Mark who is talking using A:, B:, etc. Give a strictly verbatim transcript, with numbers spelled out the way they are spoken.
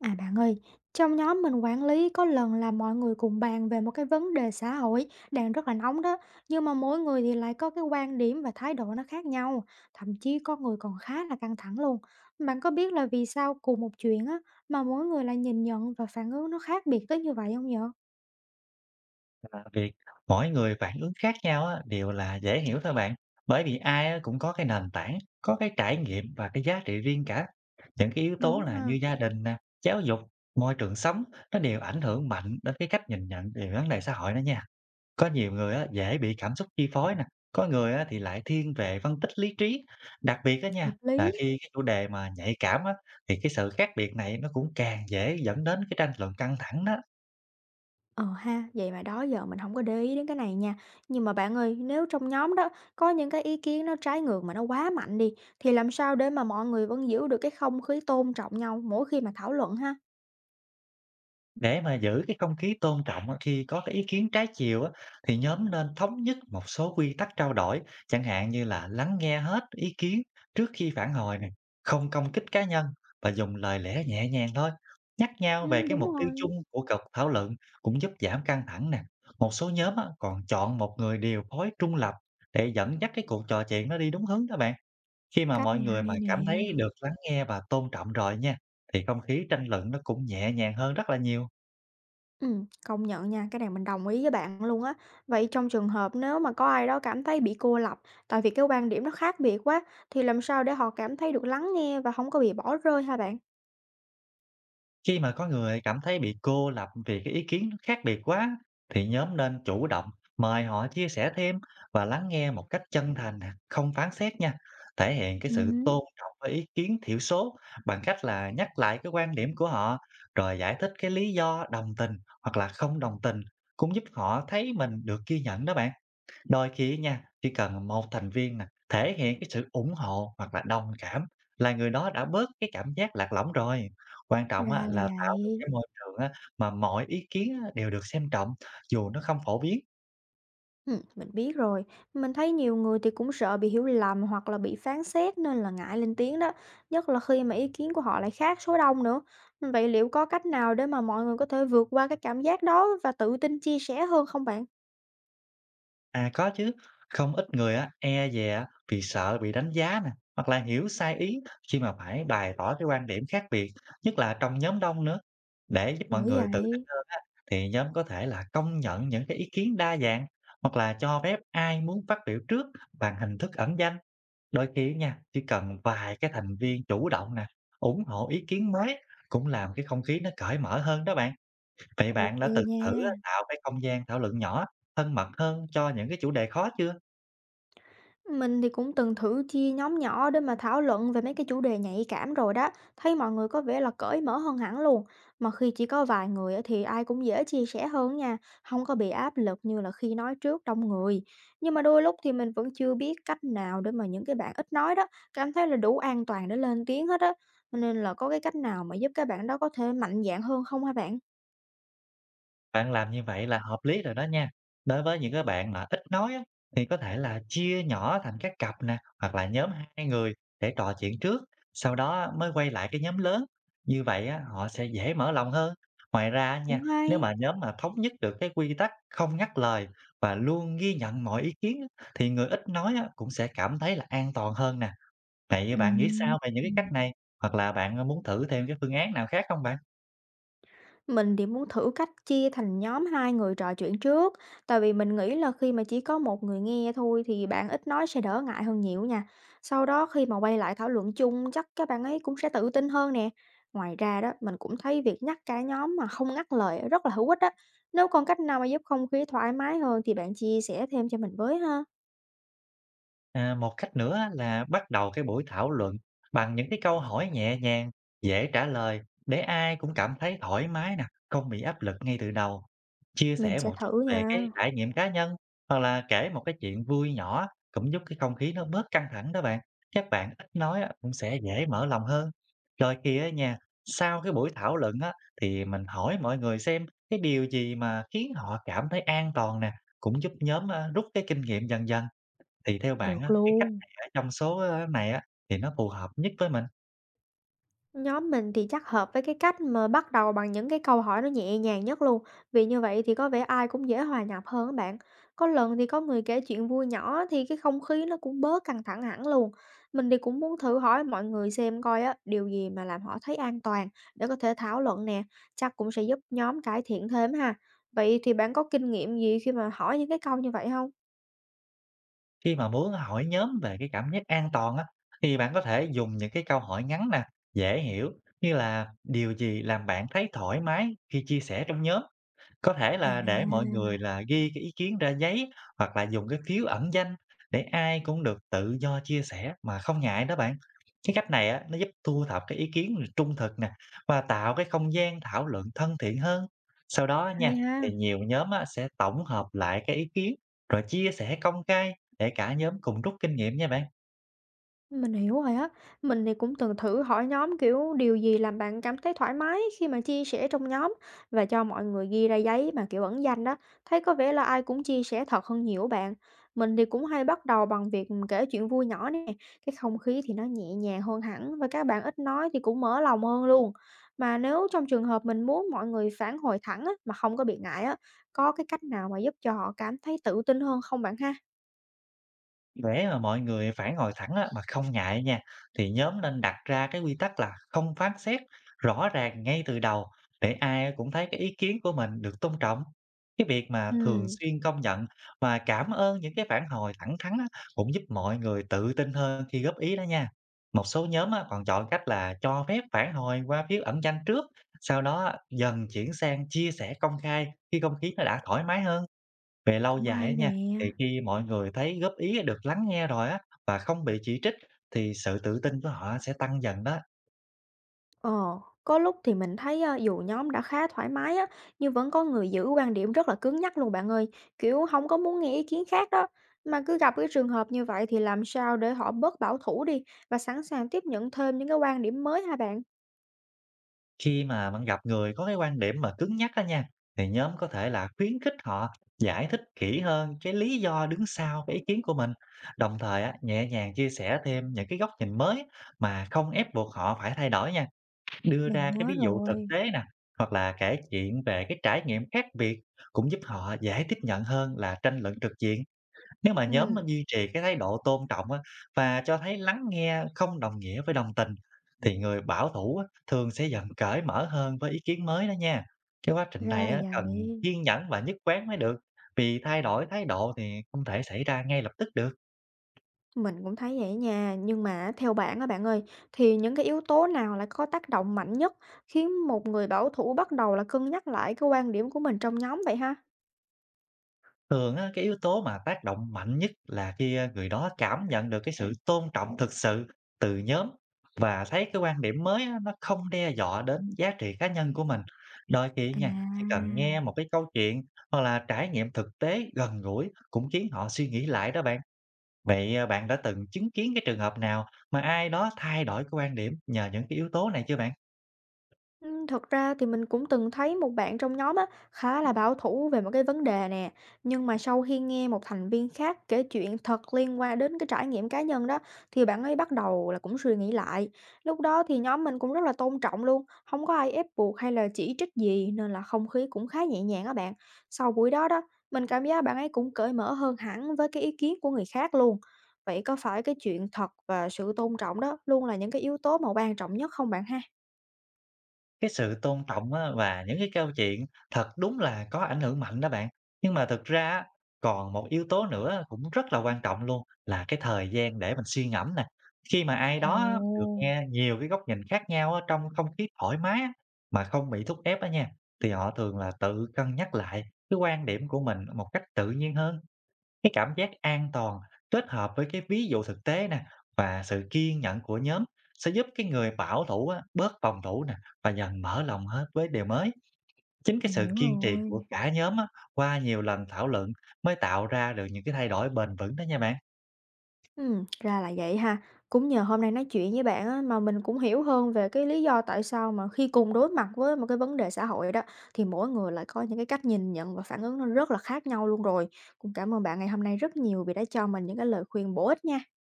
A: À bạn ơi, trong nhóm mình quản lý có lần là mọi người cùng bàn về một cái vấn đề xã hội đang rất là nóng đó, nhưng mà mỗi người thì lại có cái quan điểm và thái độ nó khác nhau, thậm chí có người còn khá là căng thẳng luôn. Bạn có biết là vì sao cùng một chuyện á mà mỗi người lại nhìn nhận và phản ứng nó khác biệt tới như vậy không nhở?
B: Là việc mỗi người phản ứng khác nhau á, đều là dễ hiểu thôi bạn. Bởi vì ai á cũng có cái nền tảng, có cái trải nghiệm và cái giá trị riêng cả. Những cái yếu tố
A: Đúng
B: là
A: ha,
B: như gia đình nè, giáo dục, môi trường sống nó đều ảnh hưởng mạnh đến cái cách nhìn nhận về vấn đề xã hội đó nha. Có nhiều người á, dễ bị cảm xúc chi phối nè, có người á, thì lại thiên về phân tích lý trí. Đặc biệt đó nha
A: hợp
B: là
A: lý.
B: khi cái chủ đề mà nhạy cảm á, thì cái sự khác biệt này nó cũng càng dễ dẫn đến cái tranh luận căng thẳng đó.
A: Ờ ha, vậy mà đó giờ mình không có để ý đến cái này nha. Nhưng mà bạn ơi, nếu trong nhóm đó có những cái ý kiến nó trái ngược mà nó quá mạnh đi, thì làm sao để mà mọi người vẫn giữ được cái không khí tôn trọng nhau mỗi khi mà thảo luận ha?
B: Để mà giữ cái không khí tôn trọng á, khi có cái ý kiến trái chiều á, thì nhóm nên thống nhất một số quy tắc trao đổi, chẳng hạn như là lắng nghe hết ý kiến trước khi phản hồi này, không công kích cá nhân và dùng lời lẽ nhẹ nhàng thôi. Nhắc nhau
A: Ừ,
B: về cái
A: đúng
B: mục tiêu chung
A: rồi,
B: của cuộc thảo luận cũng giúp giảm căng thẳng nè. Một số nhóm á, còn chọn một người điều phối trung lập để dẫn dắt cái cuộc trò chuyện nó đi đúng hướng đó bạn. Khi mà
A: cách
B: mọi
A: này
B: người mà
A: hay nè.
B: cảm thấy được lắng nghe và tôn trọng rồi nha, thì không khí tranh luận nó cũng nhẹ nhàng hơn rất là nhiều.
A: Ừm, công nhận nha, cái này mình đồng ý với bạn luôn á. Vậy trong trường hợp nếu mà có ai đó cảm thấy bị cô lập, tại vì cái quan điểm nó khác biệt quá, thì làm sao để họ cảm thấy được lắng nghe và không có bị bỏ rơi hả bạn?
B: Khi mà có người cảm thấy bị cô lập vì cái ý kiến nó khác biệt quá, thì nhóm nên chủ động mời họ chia sẻ thêm và lắng nghe một cách chân thành, nè, không phán xét nha. Thể hiện cái
A: Ừ,
B: sự tôn trọng với ý kiến thiểu số bằng cách là nhắc lại cái quan điểm của họ rồi giải thích cái lý do đồng tình hoặc là không đồng tình cũng giúp họ thấy mình được ghi nhận đó bạn. Đôi khi nha, chỉ cần một thành viên nè, thể hiện cái sự ủng hộ hoặc là đồng cảm là người đó đã bớt cái cảm giác lạc lõng rồi. Quan trọng á,
A: ra là
B: là tạo được
A: vậy.
B: cái môi trường á, mà mọi ý kiến á, đều được xem trọng dù nó không phổ biến.
A: Ừm, mình biết rồi. Mình thấy nhiều người thì cũng sợ bị hiểu lầm hoặc là bị phán xét nên là ngại lên tiếng đó, nhất là khi mà ý kiến của họ lại khác số đông nữa. Vậy liệu có cách nào để mà mọi người có thể vượt qua cái cảm giác đó và tự tin chia sẻ hơn không bạn?
B: À có chứ, không ít người á, e dè á, vì sợ bị đánh giá nè, hoặc là hiểu sai ý khi mà phải bày tỏ cái quan điểm khác biệt, nhất là trong nhóm đông nữa. Để giúp mọi
A: Bởi
B: người tự tin
A: vậy,
B: hơn á, thì nhóm có thể là công nhận những cái ý kiến đa dạng, hoặc là cho phép ai muốn phát biểu trước bằng hình thức ẩn danh. Đôi khi nha, chỉ cần vài cái thành viên chủ động nè, ủng hộ ý kiến mới cũng làm cái không khí nó cởi mở hơn đó bạn. Vậy bạn
A: ok
B: đã từng
A: nha.
B: thử á, tạo cái không gian thảo luận nhỏ, thân mật hơn cho những cái chủ đề khó chưa?
A: Mình thì cũng từng thử chia nhóm nhỏ để mà thảo luận về mấy cái chủ đề nhạy cảm rồi đó, thấy mọi người có vẻ là cởi mở hơn hẳn luôn. Mà khi chỉ có vài người á thì ai cũng dễ chia sẻ hơn nha, không có bị áp lực như là khi nói trước đông người. Nhưng mà đôi lúc thì mình vẫn chưa biết cách nào để mà những cái bạn ít nói đó cảm thấy là đủ an toàn để lên tiếng hết á. Cho nên là có cái cách nào mà giúp các bạn đó có thể mạnh dạn hơn không hả bạn?
B: Bạn làm như vậy là hợp lý rồi đó nha. Đối với những cái bạn mà ít nói á, thì có thể là chia nhỏ thành các cặp nè, hoặc là nhóm hai người để trò chuyện trước, sau đó mới quay lại cái nhóm lớn. Như vậy á, họ sẽ dễ mở lòng hơn. Ngoài ra á nha,
A: Cũng
B: nếu
A: hay.
B: mà nhóm mà thống nhất được cái quy tắc không ngắt lời và luôn ghi nhận mọi ý kiến á, thì người ít nói á, cũng sẽ cảm thấy là an toàn hơn nè. Vậy bạn nghĩ
A: Ừm.
B: sao về những cái cách này? Hoặc là bạn, ơ, muốn thử thêm cái phương án nào khác không bạn?
A: Mình thì muốn thử cách chia thành nhóm hai người trò chuyện trước, tại vì mình nghĩ là khi mà chỉ có một người nghe thôi thì bạn ít nói sẽ đỡ ngại hơn nhiều nha. Sau đó khi mà quay lại thảo luận chung chắc các bạn ấy cũng sẽ tự tin hơn nè. Ngoài ra đó, mình cũng thấy việc nhắc cả nhóm mà không ngắt lời rất là hữu ích đó. Nếu còn cách nào mà giúp không khí thoải mái hơn thì bạn chia sẻ thêm cho mình với ha.
B: À, một cách nữa á là bắt đầu cái buổi thảo luận bằng những cái câu hỏi nhẹ nhàng, dễ trả lời để ai cũng cảm thấy thoải mái nè, không bị áp lực ngay từ đầu. Chia
A: Mình
B: sẻ
A: sẽ
B: một chút
A: thử
B: về cái
A: nha.
B: trải nghiệm cá nhân hoặc là kể một cái chuyện vui nhỏ cũng giúp cái không khí nó bớt căng thẳng đó bạn. Các bạn ít nói á, cũng sẽ dễ mở lòng hơn. Rồi kia á nha, sau cái buổi thảo luận á thì mình hỏi mọi người xem cái điều gì mà khiến họ cảm thấy an toàn nè, cũng giúp nhóm à, rút cái kinh nghiệm dần dần. Thì theo bạn
A: Được
B: á, cái cách
A: luôn.
B: này ở trong số, ơ, này á, thì nó phù hợp nhất với mình?
A: Nhóm mình thì chắc hợp với cái cách mà bắt đầu bằng những cái câu hỏi nó nhẹ nhàng nhất luôn, vì như vậy thì có vẻ ai cũng dễ hòa nhập hơn các bạn. Có lần thì có người kể chuyện vui nhỏ thì cái không khí nó cũng bớt căng thẳng hẳn luôn. Mình thì cũng muốn thử hỏi mọi người xem coi á, điều gì mà làm họ thấy an toàn để có thể thảo luận nè, chắc cũng sẽ giúp nhóm cải thiện thêm ha. Vậy thì bạn có kinh nghiệm gì khi mà hỏi những cái câu như vậy không?
B: Khi mà muốn hỏi nhóm về cái cảm giác an toàn á, thì bạn có thể dùng những cái câu hỏi ngắn nè, dễ hiểu như là "Điều gì làm bạn thấy thoải mái khi chia sẻ trong nhóm?". Có thể
A: À,
B: là để mọi người là ghi cái ý kiến ra giấy hoặc là dùng cái phiếu ẩn danh để ai cũng được tự do chia sẻ mà không ngại đó bạn. Cái cách này á, nó giúp thu thập cái ý kiến trung thực nè và tạo cái không gian thảo luận thân thiện hơn. Sau đó nha,
A: hay
B: thì
A: ha.
B: nhiều nhóm á, sẽ tổng hợp lại cái ý kiến rồi chia sẻ công khai để cả nhóm cùng rút kinh nghiệm nha bạn.
A: Mình hiểu rồi á. Mình thì cũng từng thử hỏi nhóm, kiểu, điều gì làm bạn cảm thấy thoải mái khi mà chia sẻ trong nhóm và cho mọi người ghi ra giấy mà, kiểu, ẩn danh đó, thấy có vẻ là ai cũng chia sẻ thật hơn nhiều bạn. Mình thì cũng hay bắt đầu bằng việc, ừm, kể chuyện vui nhỏ nè, cái không khí thì nó nhẹ nhàng hơn hẳn và các bạn ít nói thì cũng mở lòng hơn luôn. Mà nếu trong trường hợp mình muốn mọi người phản hồi thẳng á, mà không có bị ngại á, có cái cách nào mà giúp cho họ cảm thấy tự tin hơn không bạn ha?
B: Để mà mọi người phản hồi thẳng á, mà không ngại nha, thì nhóm nên đặt ra cái quy tắc là không phán xét rõ ràng ngay từ đầu để ai cũng thấy cái ý kiến của mình được tôn trọng. Cái việc mà thường
A: Ừm,
B: xuyên công nhận và cảm ơn những cái phản hồi thẳng thắn á, cũng giúp mọi người tự tin hơn khi góp ý đó nha. Một số nhóm á, còn chọn cách là cho phép phản hồi qua phiếu ẩn danh trước, sau đó á, dần chuyển sang chia sẻ công khai khi không khí nó đã thoải mái hơn. Về lâu
A: cũng
B: dài á
A: hay nè.
B: nha, thì khi mọi người thấy góp ý được lắng nghe rồi á, và không bị chỉ trích, thì sự tự tin của họ sẽ tăng dần đó.
A: Ờ, có lúc thì mình thấy ờ, dù nhóm đã khá thoải mái á, nhưng vẫn có người giữ quan điểm rất là cứng nhắc luôn bạn ơi, kiểu không có muốn nghe ý kiến khác đó. Mà cứ gặp cái trường hợp như vậy thì làm sao để họ bớt bảo thủ đi và sẵn sàng tiếp nhận thêm những cái quan điểm mới hả bạn?
B: Khi mà bạn gặp người có cái quan điểm mà cứng nhắc đó nha, thì nhóm có thể là khuyến khích họ giải thích kỹ hơn cái lý do đứng sau cái ý kiến của mình. Đồng thời á, nhẹ nhàng chia sẻ thêm những cái góc nhìn mới mà không ép buộc họ phải thay đổi nha. Đưa
A: Mình
B: ra cái
A: nhớ
B: ví dụ thực
A: rồi,
B: tế nè, hoặc là kể chuyện về cái trải nghiệm khác biệt cũng giúp họ dễ tiếp nhận hơn là tranh luận trực diện. Nếu mà nhóm
A: ừ,
B: mình duy trì cái thái độ tôn trọng á, và cho thấy lắng nghe không đồng nghĩa với đồng tình, thì người bảo thủ á, thường sẽ dần cởi mở hơn với ý kiến mới đó nha. Cái quá trình
A: ra
B: này
A: là
B: á, cần
A: vậy.
B: kiên nhẫn và nhất quán mới được, vì thay đổi thái độ thì không thể xảy ra ngay lập tức được.
A: Mình cũng thấy vậy nha, nhưng mà theo bạn á bạn ơi, thì những cái yếu tố nào lại có tác động mạnh nhất khiến một người bảo thủ bắt đầu là cân nhắc lại cái quan điểm của mình trong nhóm vậy ha?
B: Thường á, cái yếu tố mà tác động mạnh nhất là khi, a, người đó cảm nhận được cái sự tôn trọng thực sự từ nhóm và thấy cái quan điểm mới á, nó không đe dọa đến giá trị cá nhân của mình. Đôi khi nha, chỉ cần nghe
A: À,
B: một cái câu chuyện hoặc là trải nghiệm thực tế gần gũi cũng khiến họ suy nghĩ lại đó bạn. Vậy, à, bạn đã từng chứng kiến cái trường hợp nào mà ai đó thay đổi cái quan điểm nhờ những cái yếu tố này chưa bạn?
A: ừm, thật ra thì mình cũng từng thấy một bạn trong nhóm á, khá là bảo thủ về một cái vấn đề nè, nhưng mà sau khi nghe một thành viên khác kể chuyện thật liên quan đến cái trải nghiệm cá nhân đó, thì bạn ấy bắt đầu là cũng suy nghĩ lại. Lúc đó thì nhóm mình cũng rất là tôn trọng luôn, không có ai ép buộc hay là chỉ trích gì nên là không khí cũng khá nhẹ nhàng á bạn. Sau buổi đó đó, mình cảm giác bạn ấy cũng cởi mở hơn hẳn với cái ý kiến của người khác luôn. Vậy có phải cái chuyện thật và sự tôn trọng đó luôn là những cái yếu tố mà quan trọng nhất không bạn ha?
B: Cái sự tôn trọng á và những cái câu chuyện thật đúng là có ảnh hưởng mạnh đó bạn. Nhưng mà thực ra á, còn một yếu tố nữa cũng rất là quan trọng luôn là cái thời gian để mình suy ngẫm nè. Khi mà ai
A: Ồ.
B: đó á, được nghe nhiều cái góc nhìn khác nhau á, trong không khí thoải mái á, mà không bị thúc ép á nha, thì họ thường là tự cân nhắc lại cái quan điểm của mình một cách tự nhiên hơn. Cái cảm giác an toàn kết hợp với cái ví dụ thực tế nè và sự kiên nhẫn của nhóm sẽ giúp cái người bảo thủ á, bớt phòng thủ nè và dần mở lòng hết với điều mới. Chính cái
A: Mình
B: sự
A: hiểu
B: kiên trì của
A: rồi.
B: cả nhóm á, qua nhiều lần thảo luận mới tạo ra được những cái thay đổi bền vững đó nha bạn.
A: Ừm, ra là vậy ha. Cũng nhờ hôm nay nói chuyện với bạn á, mà mình cũng hiểu hơn về cái lý do tại sao mà khi cùng đối mặt với một cái vấn đề xã hội đó, thì mỗi người lại có những cái cách nhìn nhận và phản ứng nó rất là khác nhau luôn rồi. Cũng cảm ơn bạn ngày hôm nay rất nhiều vì đã cho mình những cái lời khuyên bổ ích nha.